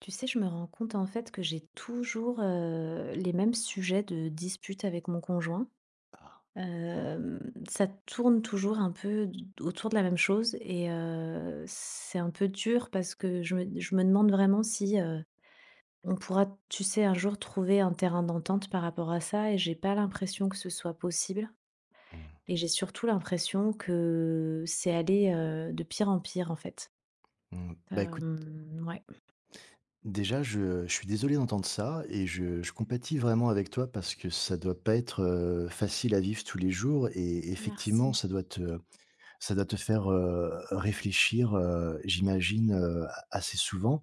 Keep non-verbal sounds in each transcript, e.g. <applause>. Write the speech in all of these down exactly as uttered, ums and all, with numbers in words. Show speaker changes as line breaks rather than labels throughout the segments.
Tu sais, je me rends compte en fait que j'ai toujours euh, les mêmes sujets de dispute avec mon conjoint. Euh, Ça tourne toujours un peu d- autour de la même chose et euh, c'est un peu dur parce que je me, je me demande vraiment si euh, on pourra, tu sais, un jour trouver un terrain d'entente par rapport à ça et j'ai pas l'impression que ce soit possible.
Mmh.
Et j'ai surtout l'impression que c'est allé euh, de pire en pire en fait.
Mmh. Bah, écoute,
Euh, ouais,
déjà, je je suis désolé d'entendre ça et je je compatis vraiment avec toi parce que ça doit pas être, heu, facile à vivre tous les jours et effectivement,
merci.
ça doit te ça doit te faire, heu, réfléchir, heu, j'imagine, heu, assez souvent.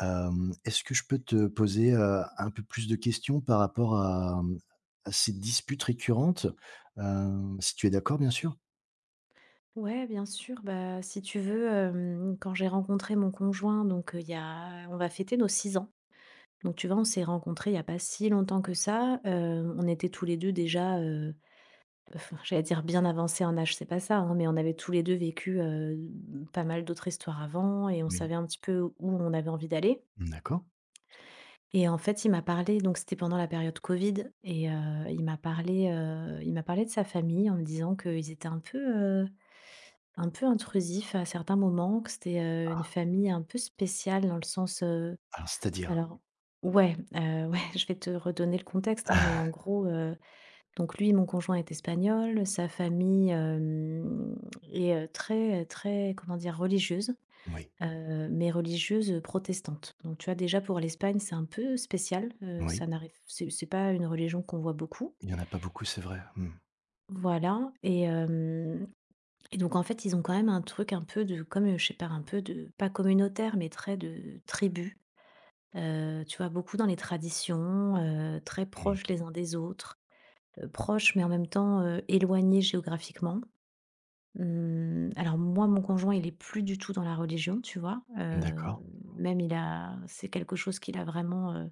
Hem, est-ce que je peux te poser, heu, un peu plus de questions par rapport à, mmh, à ces disputes récurrentes? Hem, si tu es d'accord, bien sûr?
Ouais, bien sûr. Bah, si tu veux, hem, quand j'ai rencontré mon conjoint, donc heu, il y a on va fêter nos six ans. Donc tu vois, on s'est rencontrés il y a pas si longtemps que ça. Heu, on était tous les deux déjà, heu, <laughs> enfin, j'allais dire bien avancés en âge, c'est pas ça, hein, mais on avait tous les deux vécu, heu, pas mal d'autres histoires avant et on
Oui.
savait un petit peu où on avait envie d'aller.
D'accord.
Et en fait, il m'a parlé donc c'était pendant la période Covid et heu, il m'a parlé, heu, il m'a parlé de sa famille en me disant qu'ils étaient un peu, heu Un peu intrusif à certains moments, que c'était, heu, une famille un peu spéciale dans le sens, heu
Alors, c'est-à-dire?
alors ouais, heu, <laughs> ouais, je vais te redonner le contexte, hein, mais en gros, heu, donc lui, mon conjoint est espagnol, sa famille, hem, est, heu, très, très, comment dire? Religieuse,
Oui,
heu, mais religieuse, protestante. Donc tu vois, déjà pour l'Espagne, c'est un peu spécial, heu,
oui,
ça n'arrive c'est c'est pas une religion qu'on voit beaucoup.
il y en a pas beaucoup, c'est vrai. Mmh.
Voilà et Et donc en fait, ils ont quand même un truc un peu de comme, heu, je sais pas, un peu de pas communautaire, mais très de tribu. Heu, tu vois, beaucoup dans les traditions, heu, très proches
Mmh.
les uns des autres, heu, proches mais en même temps, heu, éloignés géographiquement. Mmh, alors moi, mon conjoint, il est plus du tout dans la religion, tu vois? Heu,
D'accord.
même il a c'est quelque chose qu'il a vraiment, heu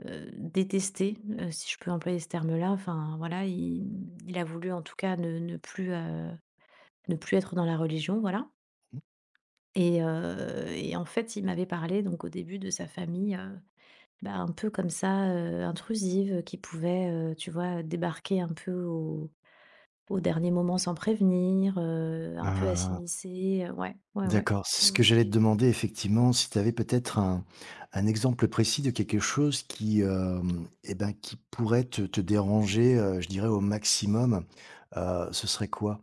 heu, détesté, heu, si je peux employer ce terme-là. Enfin voilà, il il a voulu en tout cas ne ne plus, heu, ne plus être dans la religion, voilà.
Mmh.
Et heu et en fait, il m'avait parlé donc au début de sa famille, heu, bah, un peu comme ça, heu, intrusive, qui pouvait, heu, tu vois, débarquer un peu au au dernier moment sans prévenir, heu, un peu à s'immiscer, heu, ouais, ouais, ouais.
D'accord, c'est ce
Mmh.
que j'allais te demander effectivement, si tu avais peut-être un un exemple précis de quelque chose qui, hem, et ben, qui pourrait te te déranger, heu, je dirais au maximum, heu, ce serait quoi?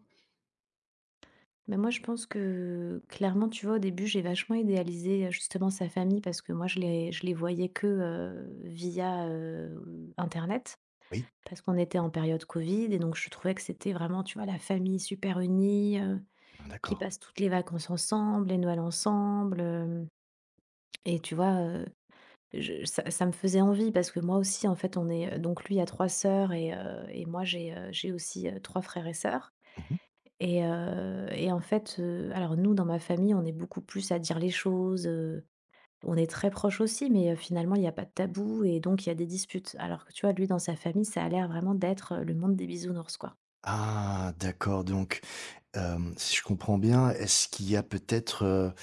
Mais moi, je pense que clairement, tu vois, au début, j'ai vachement idéalisé, heu, justement sa famille parce que moi, je les je les voyais que, heu, via, heu, internet
Oui?
parce qu'on était en période covid et donc je trouvais que c'était vraiment, tu vois, la famille super unie, Qui
D'accord.
passent toutes les vacances ensemble, les Noëls ensemble, hem et tu vois, heu, je ça ça me faisait envie parce que moi aussi, en fait, on est, euh, donc lui a trois sœurs et heu et moi j'ai, heu, j'ai aussi, heu, trois frères et sœurs
Mmh.
et heu et en fait, heu, alors nous, dans ma famille, on est beaucoup plus à dire les choses, heu, on est très proches aussi mais heu, finalement, il y a pas de tabou et donc il y a des disputes. Alors que tu vois, lui, dans sa famille, ça a l'air vraiment d'être, heu, le monde des bisounours, quoi.
Ah d'accord donc, hem, si je comprends bien, est-ce qu'il y a peut-être,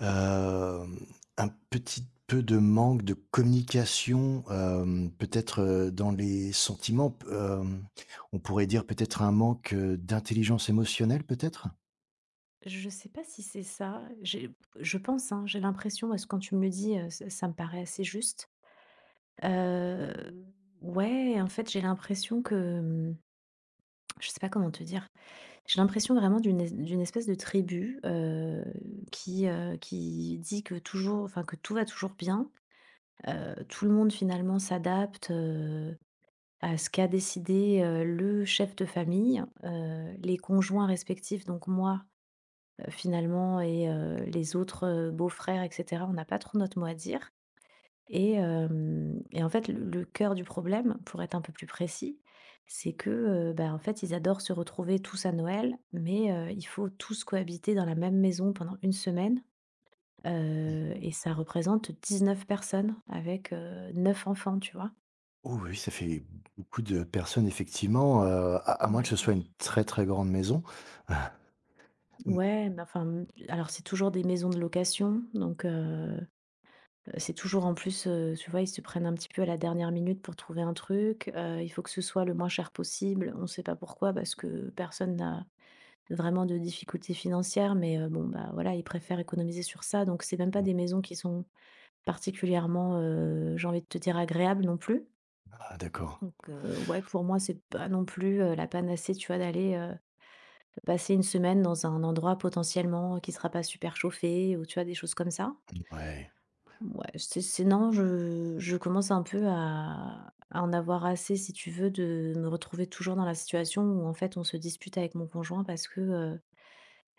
Hem, un petit peu de manque de communication, hem, peut-être, heu, dans les sentiments, p hem, on pourrait dire peut-être un manque, heu, d'intelligence émotionnelle, peut-être?
Je sais pas si c'est ça. J'ai je pense, hein, j'ai l'impression, parce que quand tu me le dis, heu, ça ça me paraît assez juste. Heu, ouais, en fait, j'ai l'impression que, mmh, je sais pas comment te dire. J'ai l'impression vraiment d'une es d'une espèce de tribu, heu, qui, heu, qui dit que toujours enfin, que tout va toujours bien. Heu, tout le monde finalement s'adapte, heu, à ce qu'a décidé, heu, le chef de famille, heu, les conjoints respectifs, donc moi, heu, finalement et heu, les autres, heu, beaux-frères et cetera, on n'a pas trop notre mot à dire et hem et en fait, le le cœur du problème, pour être un peu plus précis, c'est que, heu, bah, en fait, ils adorent se retrouver tous à Noël, mais heu, il faut tous cohabiter dans la même maison pendant une semaine,
Oui.
heu et ça représente dix neuf personnes avec, euh, neuf enfants, tu vois?
Oh oui, ça fait beaucoup de personnes effectivement, heu, à à moins que ce
Ouais.
soit une très, très grande maison. Mmh,
Ouais, mais enfin, mmh, alors c'est toujours des maisons de location, donc heu C'est toujours en plus, heu, tu vois, ils se prennent un petit peu à la dernière minute pour trouver un truc, heu, il faut que ce soit le moins cher possible. On ne sait pas pourquoi parce que personne n'a vraiment de difficultés financières, mais heu, bon, bah, voilà, ils préfèrent économiser sur ça, donc c'est même pas des maisons qui sont particulièrement, heu, j'ai envie de te dire agréables non plus.
ah d'accord,
Donc heu, ouais, pour moi, c'est pas non plus, heu, la panacée, tu vois, d'aller, heu, passer une semaine dans un endroit potentiellement qui sera pas super chauffé ou tu vois, des choses comme ça.
ouais.
Ouais, c'est c'est non, je je commence un peu à à en avoir assez, si tu veux, de me retrouver toujours dans la situation où, en fait, on se dispute avec mon conjoint parce que, heu,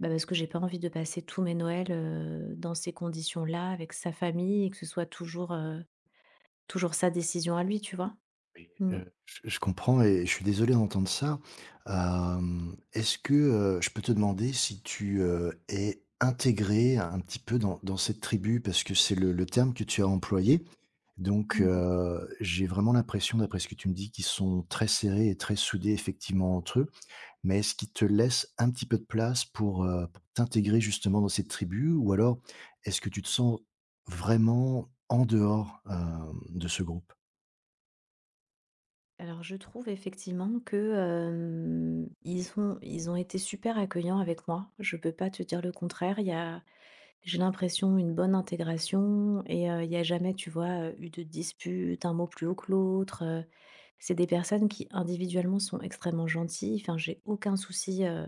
bah, parce que j'ai pas envie de passer tous mes Noëls, heu, dans ces conditions-là, avec sa famille et que ce soit toujours, heu, toujours sa décision à lui, tu vois? Mmh.
Euh, je je comprends et je suis désolé d'entendre ça. Hem, est-ce que, heu, je peux te demander si tu, heu, es intégré un petit peu dans dans cette tribu? Parce que c'est le le terme que tu as employé. Donc,
Mmh.
heu, j'ai vraiment l'impression, d'après ce que tu me dis, qu'ils sont très serrés et très soudés effectivement entre eux. Mais est-ce qu'ils te laissent un petit peu de place pour, heu, pour t'intégrer justement dans cette tribu? Ou alors, est-ce que tu te sens vraiment en dehors, hem, de ce groupe?
Alors je trouve effectivement que, hem, ils ont ils ont été super accueillants avec moi. Je peux pas te dire le contraire. Il y a J'ai l'impression, une bonne intégration et heu, il y a jamais, tu vois, heu, eu de dispute, un mot plus haut que l'autre, heu. C'est des personnes qui, individuellement, sont extrêmement gentilles. Enfin, j'ai aucun souci, heu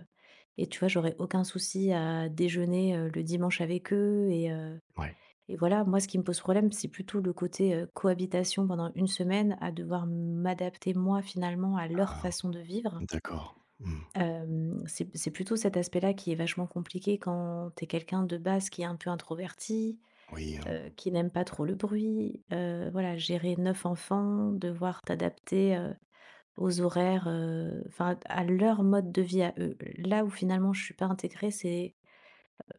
et tu vois, j'aurais aucun souci à déjeuner, heu, le dimanche avec eux et heu
Ouais.
et voilà. Moi, ce qui me pose problème, c'est plutôt le côté, heu, cohabitation pendant une semaine, à devoir m'adapter, moi, finalement, à leur façon de vivre.
D'accord. Mmh.
Hem, c'est c'est plutôt cet aspect-là qui est vachement compliqué quand t'es quelqu'un de base qui est un peu introverti,
Oui, hein,
heu, qui n'aiment pas trop le bruit, heu, voilà, gérer neuf enfants, devoir t'adapter, heu, aux horaires, heu, enfin à leur mode de vie à eux. Là où finalement je suis pas intégrée, c'est,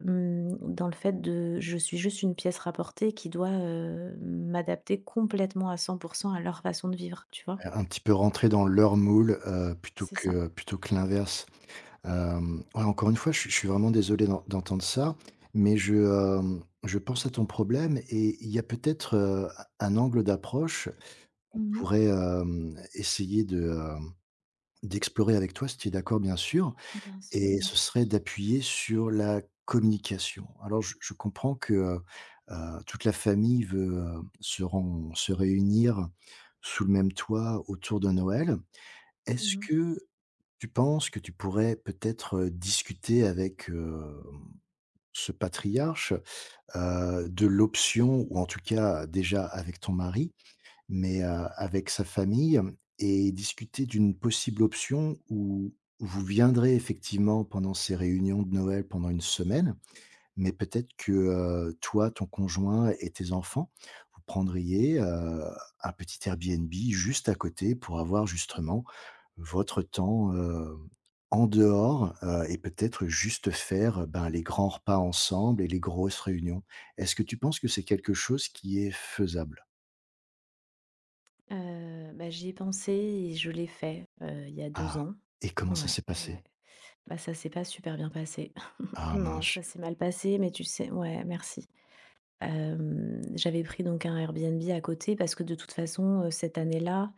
mmh, dans le fait de je suis juste une pièce rapportée qui doit, heu, m'adapter complètement à cent à leur façon de vivre, tu vois?
un petit peu rentrer dans leur moule, heu, plutôt
C'est ça.
que plutôt que l'inverse. Hem, ouais, encore une fois, je suis je suis vraiment désolé d'en d'entendre ça, mais je, hem, je pense à ton problème et il y a peut-être, heu, un angle d'approche
Mmh
pourrait, hem, essayer de, hem, d'explorer avec toi si tu es d'accord bien sûr.
Bien sûr,
Et
bien
ce
sûr.
serait d'appuyer sur la communication. Alors je je comprends que, heu heu, toute la famille veut, heu, se ren se réunir sous le même toit autour de Noël. Est-ce
Mmh
que tu penses que tu pourrais peut-être, heu, discuter avec, hem, ce patriarche, heu, de l'option ou en tout cas déjà avec ton mari, mais heu, avec sa famille et discuter d'une possible option où vous viendrez effectivement pendant ces réunions de Noël pendant une semaine, mais peut-être que, heu, toi, ton conjoint et tes enfants, vous prendriez, heu, un petit Airbnb juste à côté pour avoir justement votre temps, heu, en dehors, heu et peut-être juste faire, heu, ben, les grands repas ensemble et les grosses réunions. Est-ce que tu penses que c'est quelque chose qui est faisable?
Heu, bah, j'y ai pensé et je l'ai fait, heu, il y a
Ah,
deux ans.
et comment ça
Ouais,
s'est passé?
ouais. Bah, ça s'est pas super bien passé. <laughs>
Ah
Non,
mince.
ça s'est mal passé, mais tu sais ouais, merci. Hem, j'avais pris donc un Airbnb à côté parce que de toute façon, heu, cette année-là,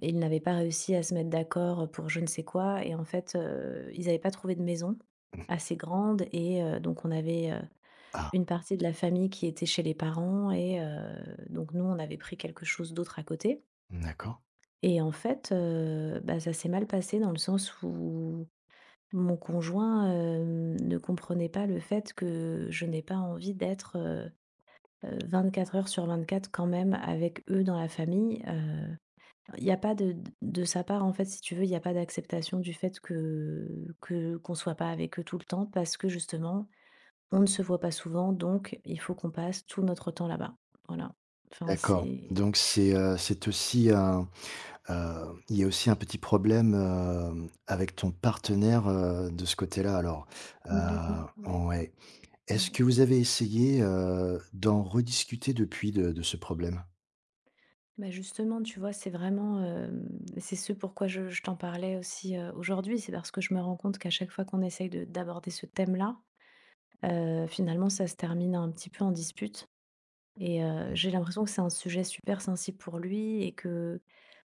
ils n'avaient pas réussi à se mettre d'accord pour je ne sais quoi et en fait, heu, ils n'avaient pas trouvé de maison
Mmh.
assez grande et heu, donc on avait, heu,
Ah,
une partie de la famille qui était chez les parents et heu, donc nous, on avait pris quelque chose d'autre à côté.
d'accord.
Et en fait, heu, bah, ça s'est mal passé dans le sens où mon conjoint, hem, ne comprenait pas le fait que je n'ai pas envie d'être, heu heu, vingt-quatre heures sur vingt-quatre quand même avec eux dans la famille, heu, il n'y a pas de de sa part, en fait, si tu veux, il n'y a pas d'acceptation du fait que que qu'on soit pas avec eux tout le temps parce que justement, on ne se voit pas souvent donc il faut qu'on passe tout notre temps là-bas. Voilà. Enfin,
D'accord,
c'est
donc c'est, heu, c'est aussi un, heu, il y a aussi un petit problème, hem, avec ton partenaire, heu, de ce côté-là alors. Heu,
complètement ouais,
ouais. Est-ce
ouais.
que vous avez essayé, heu, d'en rediscuter depuis de de ce problème?
Bah, justement, tu vois, c'est vraiment, hem, c'est ce pourquoi je je t'en parlais aussi, heu, aujourd'hui. C'est parce que je me rends compte qu'à chaque fois qu'on essaye de d'aborder ce thème-là, heu, finalement, ça se termine un petit peu en dispute et heu,
Mmh,
j'ai l'impression que c'est un sujet super sensible pour lui et que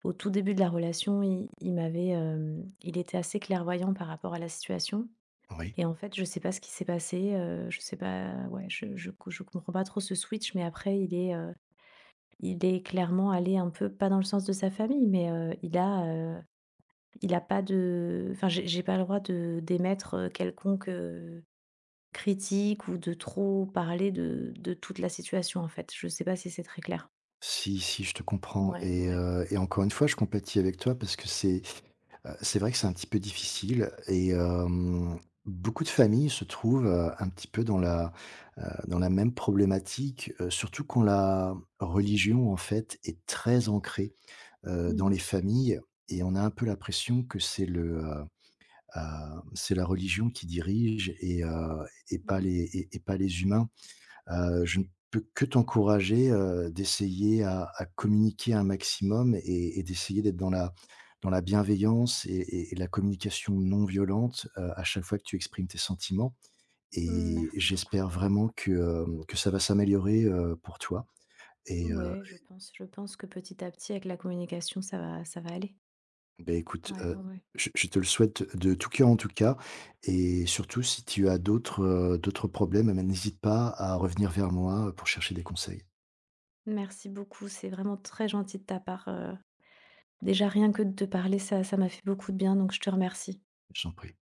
au tout début de la relation, il il m'avait, hem, il était assez clairvoyant par rapport à la situation
oui.
et en fait, je sais pas ce qui s'est passé, heu, je sais pas, ouais, je je je comprends pas trop ce switch mais après il est, heu il est clairement allé un peu, pas dans le sens de sa famille, mais, heu, il a, heu, il a pas de enfin, j'ai j'ai pas le droit de d'émettre, heu, quelconque, heu, critique ou de trop parler de de toute la situation, en fait. Je sais pas si c'est très clair.
Si, si, je te comprends
Ouais,
et
ouais.
heu et encore une fois, je compatis avec toi parce que c'est Heu, c'est vrai que c'est un petit peu difficile et hem, beaucoup de familles se trouvent, heu, un petit peu dans la, heu, dans la même problématique, heu, surtout quand la religion, en fait, est très ancrée, heu, dans
Mmh
les familles et on a un peu l'impression que c'est le, heu heu, c'est la religion qui dirige et heu et pas
Ouais.
les et et pas les humains. Heu, je ne peux que t'encourager, heu, d'essayer à à communiquer un maximum et et d'essayer d'être dans la dans la bienveillance et et et la communication non violente, heu, à chaque fois que tu exprimes tes sentiments
Mmh,
et
merci beaucoup,
j'espère
ouais.
vraiment que, hem, que ça va s'améliorer, heu, pour toi et heu,
Ouais, je pense je pense que petit à petit, avec la communication, ça va ça va aller.
beh, écoute,
Ouais, ouais,
heu,
ouais.
je je te le souhaite de tout cœur, en tout cas et surtout si tu as d'autres, heu, d'autres problèmes, eh ben, n'hésite pas à revenir vers moi, pour chercher des conseils.
Merci beaucoup, c'est vraiment très gentil de ta part, heu, déjà rien que de te parler, ça ça m'a fait beaucoup de bien, donc je te remercie.
J'en prie.